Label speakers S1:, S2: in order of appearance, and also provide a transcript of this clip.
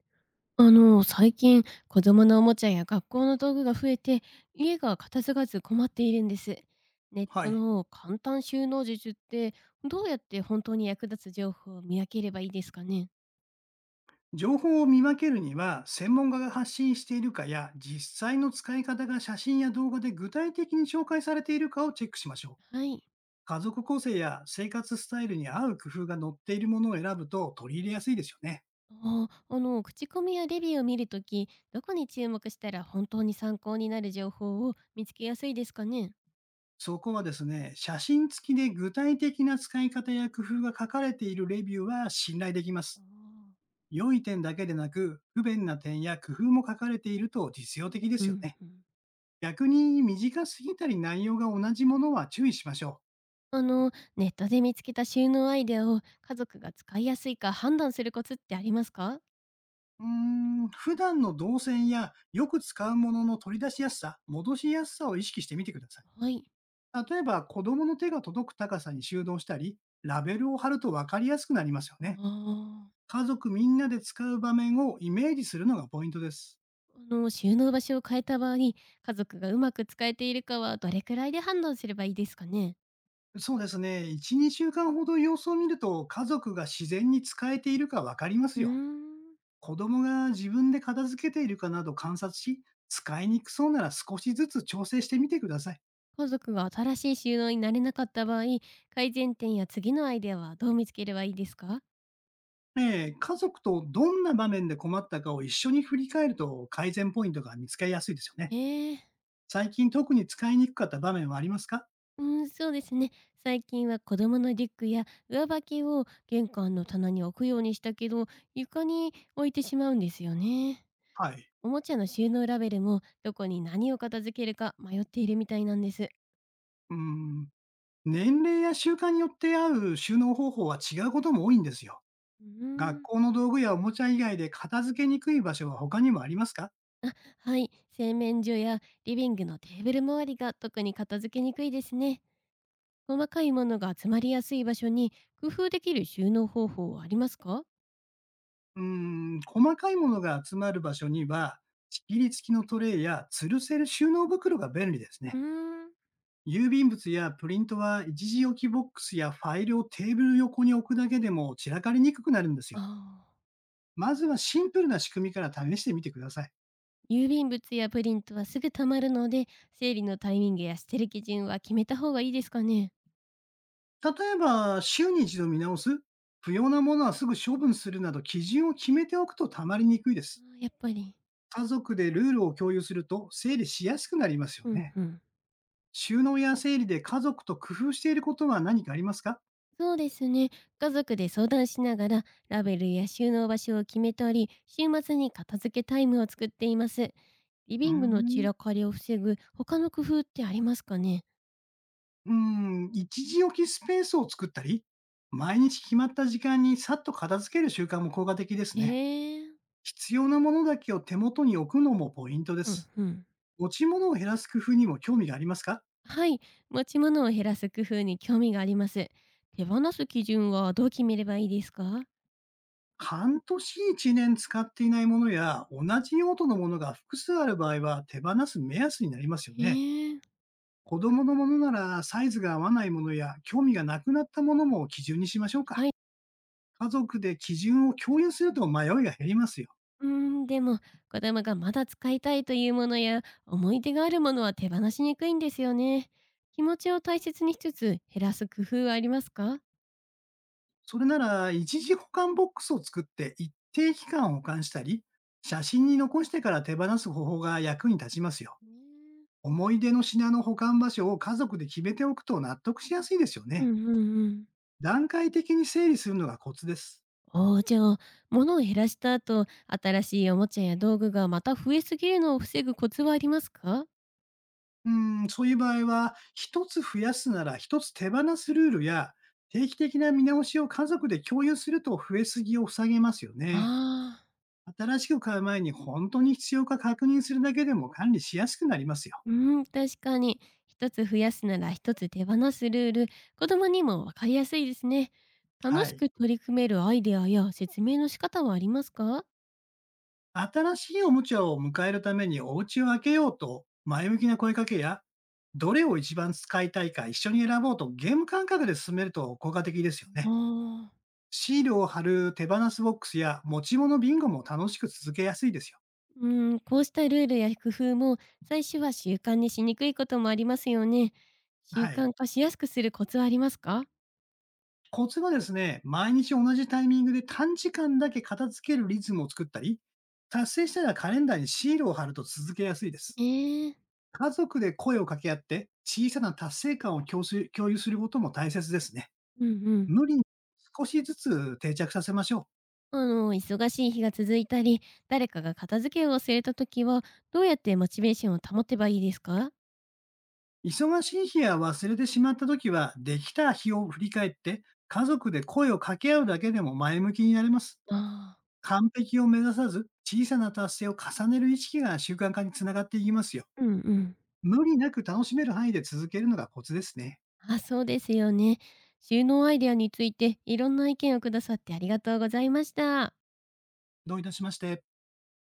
S1: 最近、子供のおもちゃや学校の道具が増えて、家が片付かず困っているんです。ネッ
S2: は
S1: ト
S2: い。
S1: の簡単収納術って、どうやって本当に役立つ情報を見分ければいいですかね？
S2: 情報を見分けるには、専門家が発信しているかや、実際の使い方が写真や動画で具体的に紹介されているかをチェックしましょう。
S1: はい。
S2: 家族構成や生活スタイルに合う工夫が載っているものを選ぶと取り入れやすいですよね。
S1: あー口コミやレビューを見るとき、どこに注目したら本当に参考になる情報を見つけやすいですかね？
S2: そこはですね、写真付きで具体的な使い方や工夫が書かれているレビューは信頼できます。
S1: あ
S2: 良い点だけでなく、不便な点や工夫も書かれていると実用
S1: ー、
S2: 的で
S1: う
S2: すよ
S1: ん
S2: ね。
S1: うん。
S2: 逆に短すぎたり内容が同じものは注意しましょう。
S1: あの、ネットで見つけた収納アイデアを家族が使いやすいか判断するコツってありますか？
S2: うーん、普段の動線やよく使うものの取り出しやすさ、戻しやすさを意識してみてください。
S1: はい。
S2: 例えば、子供の手が届く高さに収納したり、ラベルを貼ると分かりやすくなりますよ
S1: あ
S2: ね。
S1: あ、
S2: 家族みんなで使う場面をイメージするのがポイントです。
S1: あの収納場所を変えた場合、家族がうまく使えているかはどれくらいで判断すればいいですかね。
S2: そうですね。1、2週間ほど様子を見ると、家族が自然に使えているか分かります
S1: うー
S2: よ。
S1: ん。
S2: 子供が自分で片付けているかなど観察し、使いにくそうなら少しずつ調整してみてください。
S1: 家族が新しい収納になれなかった場合、改善点や次のアイデアはどう見つければいいですか？
S2: ええ、家族とどんな場面で困ったかを一緒に振り返ると改善ポイントが見つかりやすいですよね。
S1: ええ。
S2: 最近特に使いにくかった場面はありますか？
S1: うん、そうですね。最近は子供のリュックや上履きを玄関の棚に置くようにしたけど、床に置いてしまうんですよね。
S2: はい。
S1: おもちゃの収納ラベルもどこに何を片付けるか迷っているみたいなんです。
S2: うーん。年齢や習慣によって合う収納方法は違うことも多いんですよ。
S1: うー
S2: 学
S1: ん。
S2: 校の道具やおもちゃ以外で片付けにくい場所は他にもありますか？
S1: あ、はい。洗面所やリビングのテーブル周りが特に片付けにくいですね。細かいものが集まりやすい場所に工夫できる収納方法はありますか？
S2: うーん。細かいものが集まる場所には、仕切り付きのトレイや吊るせる収納袋が便利です
S1: う
S2: ね。
S1: ーん。
S2: 郵便物やプリントは一時置きボックスやファイルをテーブル横に置くだけでも散らかりにくくなるんです
S1: あ
S2: よ。
S1: あ。
S2: まずはシンプルな仕組みから試してみてください。
S1: 郵便物やプリントはすぐ溜まるので、整理のタイミングや捨てる基準は決めた方がいいですかね。
S2: 例えば、週に一度見直す、不要なものはすぐ処分するなど基準を決めておくとたまりにくいで
S1: あ
S2: す。
S1: ー、やっぱり。
S2: 家族でルールを共有すると整理しやすくなりますよ
S1: うん
S2: ね。
S1: うん。
S2: 収納や整理で家族と工夫していることは何かありますか？
S1: そうですね。家族で相談しながら、ラベルや収納場所を決めたり、週末に片付けタイムを作っています。リ
S2: うー
S1: ビングの散
S2: ん
S1: らかりを防ぐ他の工夫ってありますかね？
S2: うーん、一時置きスペースを作ったり、毎日決まった時間にさっと片付ける習慣も効果的です
S1: へ
S2: ね。
S1: え。
S2: 必要なものだけを手元に置くのもポイントで
S1: うん
S2: す。
S1: うん。
S2: 持ち物を減らす工夫にも興味がありますか？
S1: はい。持ち物を減らす工夫に興味があります。手放す基準はどう決めればいいですか？
S2: 半年一年使っていないものや同じ用途のものが複数ある場合は手放す目安になりますよね。
S1: へえ。
S2: 子供のものならサイズが合わないものや興味がなくなったものも基準にしましょうか。
S1: はい。
S2: 家族で基準を共有すると迷いが減りますよ。
S1: うーん、でも子供がまだ使いたいというものや思い出があるものは手放しにくいんですよね。気持ちを大切にしつつ減らす工夫はありますか
S2: それなら、一時保管ボックスを作って一定期間保管したり、写真に残してから手放す方法が役に立ちますよ。
S1: ね？
S2: 思い出の品の保管場所を家族で決めておくと納得しやすいですよ
S1: うん
S2: ね。
S1: うん。うん。
S2: 段階的に整理するのがコツです。
S1: おお、じゃあ、物を減らした後、新しいおもちゃや道具がまた増えすぎるのを防ぐコツはありますか？
S2: うーん、そういう場合は、一つ増やすなら一つ手放すルールや、定期的な見直しを家族で共有すると増えすぎを防げますよね。
S1: ああ。
S2: 新しく買う前に本当に必要か確認するだけでも管理しやすくなりますよ。
S1: うー、うん、確かに。一つ増やすなら一つ手放すルール、子供にもわかりやすいですね。
S2: は
S1: 楽し
S2: い。
S1: く取り組めるアイデアや説明の仕方はありますか？
S2: 新しいおもちゃを迎えるためにお家を開けようと前向きな声かけや、どれを一番使いたいか一緒に選ぼうとゲーム感覚で進めると効果的ですよ
S1: あ
S2: ね。
S1: あ、
S2: シールを貼る手放すボックスや持ち物ビンゴも楽しく続けやすいですよ。
S1: うん、こうしたルールや工夫も最初は習慣にしにくいこともありますよね。習
S2: はい。
S1: 慣化しやすくするコツはありますか？
S2: コツはですね、毎日同じタイミングで短時間だけ片付けるリズムを作ったり、達成したらカレンダーにシールを貼ると続けやすいです。
S1: ええ。
S2: 家族で声を掛け合って小さな達成感を共有することも大切ですね。
S1: うんうん。
S2: 無理に少しずつ定着させましょう。
S1: あの、忙しい日が続いたり、誰かが片付けを忘れた時は、どうやってモチベーションを保てばいいですか？
S2: 忙しい日や忘れてしまった時は、できた日を振り返って、家族で声を掛け合うだけでも前向きになれます。
S1: あ
S2: 完璧を目指さず、小さな達成を重ねる意識が習慣化につながっていきますよ。
S1: あ、うんうん。
S2: 無理なく楽しめる範囲で続けるのがコツですね。
S1: あ、そうですよね。収納アイデアについていろんな意見をくださってありがとうございました。
S2: どういたしまして。